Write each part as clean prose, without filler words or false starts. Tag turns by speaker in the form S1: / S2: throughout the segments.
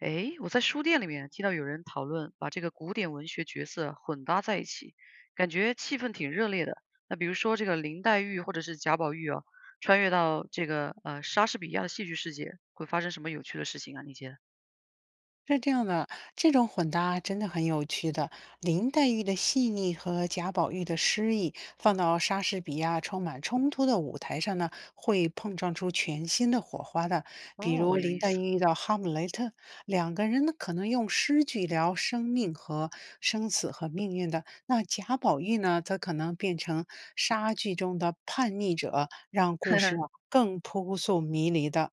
S1: 诶，我在书店里面听到有人讨论把这个古典文学角色混搭在一起，感觉气氛挺热烈的。那比如说这个林黛玉或者是贾宝玉啊，穿越到这个莎士比亚的戏剧世界，会发生什么有趣的事情啊？你觉得？
S2: 是这样的，这种混搭真的很有趣的。林黛玉的细腻和贾宝玉的诗意，放到莎士比亚充满冲突的舞台上呢，会碰撞出全新的火花的。比如
S1: 哦，有
S2: 林
S1: 意
S2: 黛
S1: 思。
S2: 玉遇到哈姆雷特，两个人呢可能用诗句聊生命和生死和命运的。那贾宝玉呢，则可能变成莎剧中的叛逆者，让故 事啊更扑朔迷离的。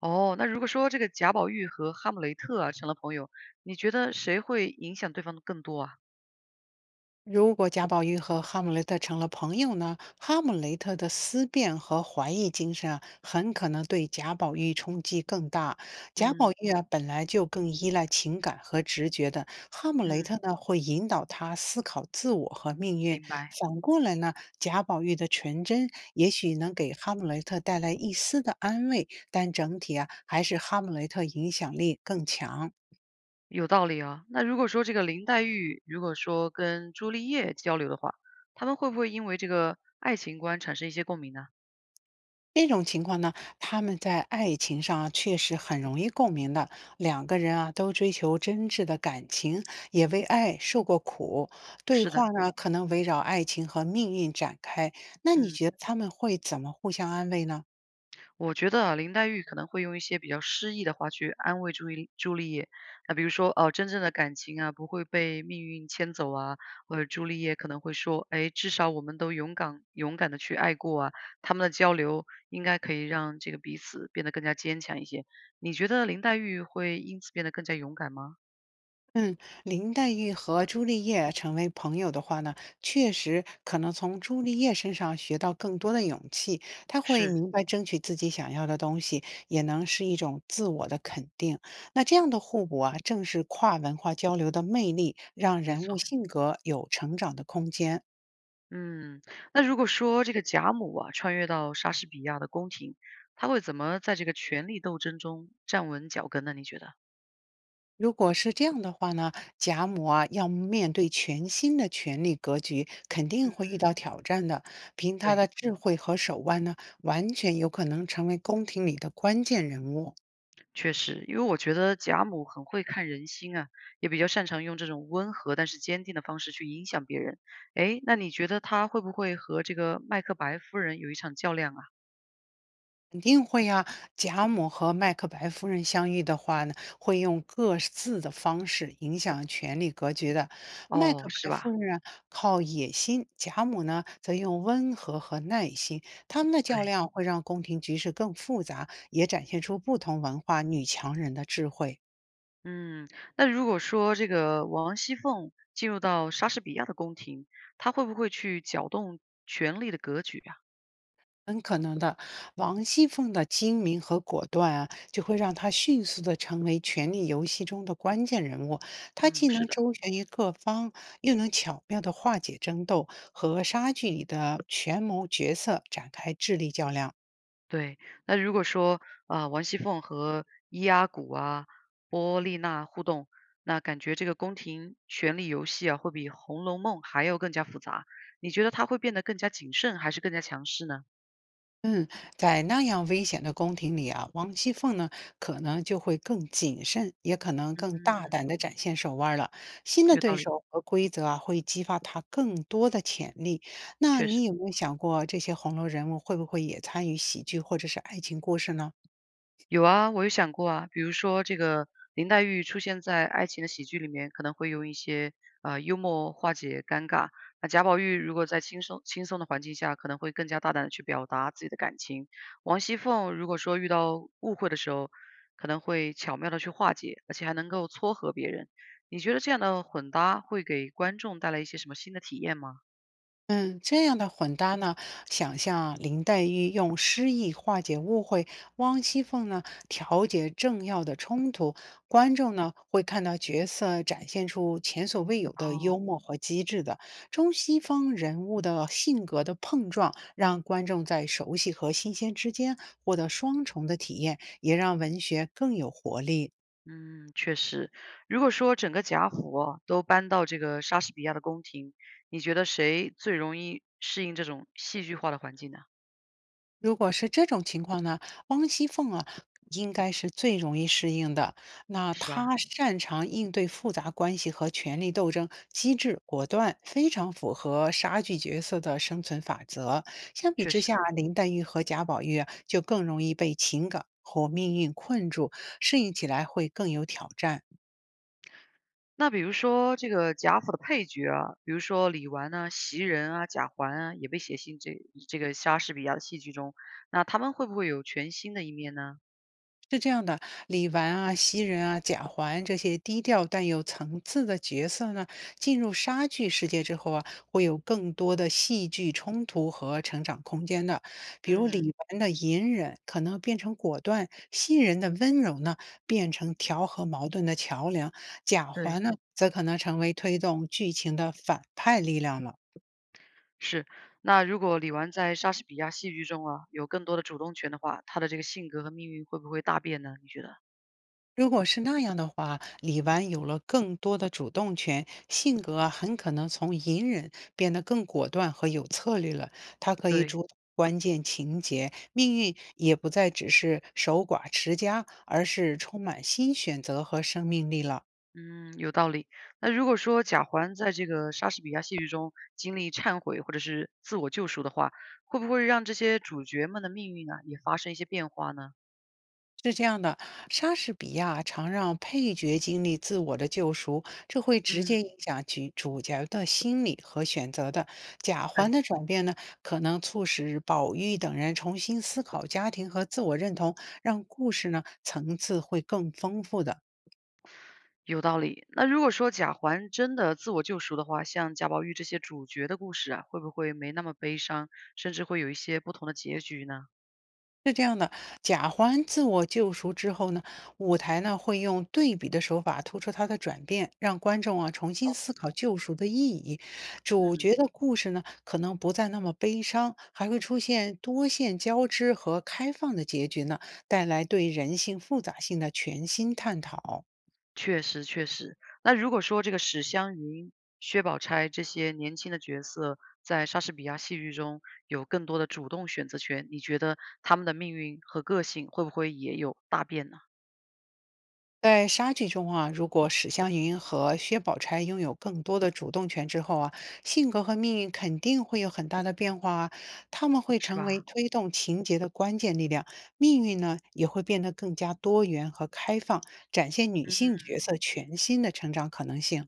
S1: 哦，那如果说这个贾宝玉和哈姆雷特啊成了朋友，你觉得谁会影响对方的更多啊？
S2: 如果贾宝玉和哈姆雷特成了朋友呢，哈姆雷特的思辨和怀疑精神啊，很可能对贾宝玉冲击更大。贾宝
S1: 嗯
S2: 玉啊，本来就更依赖情感和直觉的，哈姆雷特
S1: 嗯，
S2: 呢，会引导他思考自我和命运。
S1: 明白。
S2: 反过来呢，贾宝玉的纯真也许能给哈姆雷特带来一丝的安慰，但整体啊，还是哈姆雷特影响力更强。
S1: 有道理啊。那如果说这个林黛玉，如果说跟朱丽叶交流的话，他们会不会因为这个爱情观产生一些共鸣呢？
S2: 这种情况呢，他们在爱情上啊确实很容易共鸣的。两个人啊都追求真挚的感情，也为爱受过苦。对
S1: 是
S2: 话
S1: 的。
S2: 呢可能围绕爱情和命运展开。那你
S1: 嗯，
S2: 觉得他们会怎么互相安慰呢？
S1: 我觉得啊，林黛玉可能会用一些比较诗意的话去安慰朱丽叶，那比如说哦、真正的感情啊不会被命运牵走啊，或者朱丽叶可能会说，哎，至少我们都勇敢勇敢的去爱过啊，他们的交流应该可以让这个彼此变得更加坚强一些。你觉得林黛玉会因此变得更加勇敢吗？
S2: 嗯，林黛玉和朱丽叶成为朋友的话呢，确实可能从朱丽叶身上学到更多的勇气。她会
S1: 是。
S2: 明白争取自己想要的东西，也能是一种自我的肯定。那这样的互补啊，正是跨文化交流的魅力，让
S1: 没
S2: 人物
S1: 错。
S2: 性格有成长的空间。
S1: 嗯，那如果说这个贾母啊，穿越到莎士比亚的宫廷，她会怎么在这个权力斗争中站稳脚跟呢？你觉得？
S2: 如果是这样的话呢，贾母啊要面对全新的权力格局，肯定
S1: 嗯。
S2: 会遇到挑战的。凭她
S1: 对。
S2: 的智慧和手腕呢，完全有可能成为宫廷里的关键人物。
S1: 确实，因为我觉得贾母很会看人心啊，也比较擅长用这种温和但是坚定的方式去影响别人。诶，那你觉得她会不会和这个麦克白夫人有一场较量啊？
S2: 肯定会呀、贾母和麦克白夫人相遇的话呢，会用各自的方式影响权力格局的。麦
S1: 哦，
S2: 克
S1: 是
S2: 白夫
S1: 吧？
S2: 人啊靠野心，贾母呢则用温和和耐心。他们的较
S1: 对。
S2: 量会让宫廷局势更复杂，也展现出不同文化女强人的智慧。
S1: 嗯，那如果说这个王熙凤进入到莎士比亚的宫廷，她会不会去搅动权力的格局啊？
S2: 很可能的，王熙凤的精明和果断啊，就会让她迅速的成为权力游戏中的关键人物。她
S1: 嗯，
S2: 既
S1: 是
S2: 能
S1: 的。
S2: 周旋于各方，又能巧妙的化解争斗，和莎剧里的权谋角色展开智力较量。
S1: 对。那如果说啊、王熙凤和伊阿古啊、波丽娜互动，那感觉这个宫廷权力游戏啊，会比《红楼梦》还要更加复杂。你觉得她会变得更加谨慎，还是更加强势呢？
S2: 嗯，在那样危险的宫廷里啊，王熙凤呢，可能就会更谨慎，也可能更大胆地展现手腕儿了。新的
S1: 有
S2: 对
S1: 道理。
S2: 手和规则啊，会激发她更多的潜力。那
S1: 确
S2: 你
S1: 实。
S2: 有没有想过，这些红楼人物会不会也参与喜剧或者是爱情故事呢？
S1: 有啊，我有想过啊，比如说这个林黛玉出现在爱情的喜剧里面，可能会用一些幽默化解尴尬。那贾宝玉如果在轻松的环境下，可能会更加大胆的去表达自己的感情。王熙凤如果说遇到误会的时候，可能会巧妙的去化解，而且还能够撮合别人。你觉得这样的混搭会给观众带来一些什么新的体验吗？
S2: 嗯，这样的混搭呢，想象林黛玉用诗意化解误会，汪熙凤呢调节政要的冲突，观众呢会看到角色展现出前所未有的
S1: 哦。
S2: 幽默和机智的中西方人物的性格的碰撞，让观众在熟悉和新鲜之间获得双重的体验，也让文学更有活力。
S1: 嗯，确实。如果说整个贾府啊都搬到这个莎士比亚的宫廷，你觉得谁最容易适应这种戏剧化的环境呢？
S2: 如果是这种情况呢，汪熙凤啊，应该是最容易适应的。那
S1: 是吧？
S2: 她擅长应对复杂关系和权力斗争，机智果断，非常符合莎剧角色的生存法则。相比
S1: 确
S2: 之下，
S1: 实。
S2: 林黛玉和贾宝玉啊就更容易被情感和命运困住，适应起来会更有挑战。
S1: 那比如说这个贾府的配角啊，比如说李纨啊、袭人啊、贾环啊，也被写进这个莎士比亚的戏剧中，那他们会不会有全新的一面呢？
S2: 是这样的，李纨啊、袭人啊、贾环这些低调但有层次的角色呢，进入莎剧世界之后啊，会有更多的戏剧冲突和成长空间的。比如
S1: 嗯，
S2: 李纨的隐忍可能变成果断，袭人的温柔呢变成调和矛盾的桥梁，贾
S1: 对，
S2: 环呢则可能成为推动剧情的反派力量了。
S1: 是。那如果李纨在莎士比亚戏剧中啊有更多的主动权的话，她的这个性格和命运会不会大变呢？你觉得？
S2: 如果是那样的话，李纨有了更多的主动权，性格啊很可能从隐忍变得更果断和有策略了。她可以
S1: 对。
S2: 主导关键情节，命运也不再只是守寡持家，而是充满新选择和生命力了。
S1: 嗯，有道理。那如果说贾环在这个莎士比亚戏剧中经历忏悔或者是自我救赎的话，会不会让这些主角们的命运啊也发生一些变化呢？
S2: 是这样的，莎士比亚常让配角经历自我的救赎，这会直
S1: 嗯，
S2: 接影响其主角的心理和选择的。贾环
S1: 对，
S2: 的转变呢，可能促使宝玉等人重新思考家庭和自我认同，让故事呢层次会更丰富的。
S1: 有道理。那如果说贾环真的自我救赎的话，像贾宝玉这些主角的故事啊，会不会没那么悲伤，甚至会有一些不同的结局呢？
S2: 是这样的，贾环自我救赎之后呢，舞台呢会用对比的手法突出他的转变，让观众啊重新
S1: 哦，
S2: 思考救赎的意义。主角
S1: 嗯。
S2: 的故事呢可能不再那么悲伤，还会出现多线交织和开放的结局呢，带来对人性复杂性的全新探讨。
S1: 确实确实。那如果说这个史湘云、薛宝钗这些年轻的角色在莎士比亚戏剧中有更多的主动选择权，你觉得他们的命运和个性会不会也有大变呢？
S2: 在沙剧中啊，如果史湘云和薛宝钗拥有更多的主动权之后啊，性格和命运肯定会有很大的变化啊。他们会
S1: 是
S2: 成为
S1: 吧？
S2: 推动情节的关键力量，命运呢也会变得更加多元和开放，展现女
S1: 嗯，
S2: 性角色全新的成长可能性。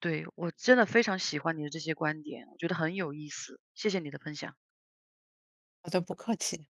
S1: 对，我真的非常喜欢你的这些观点，我觉得很有意思，谢谢你的分享。
S2: 好的，不客气。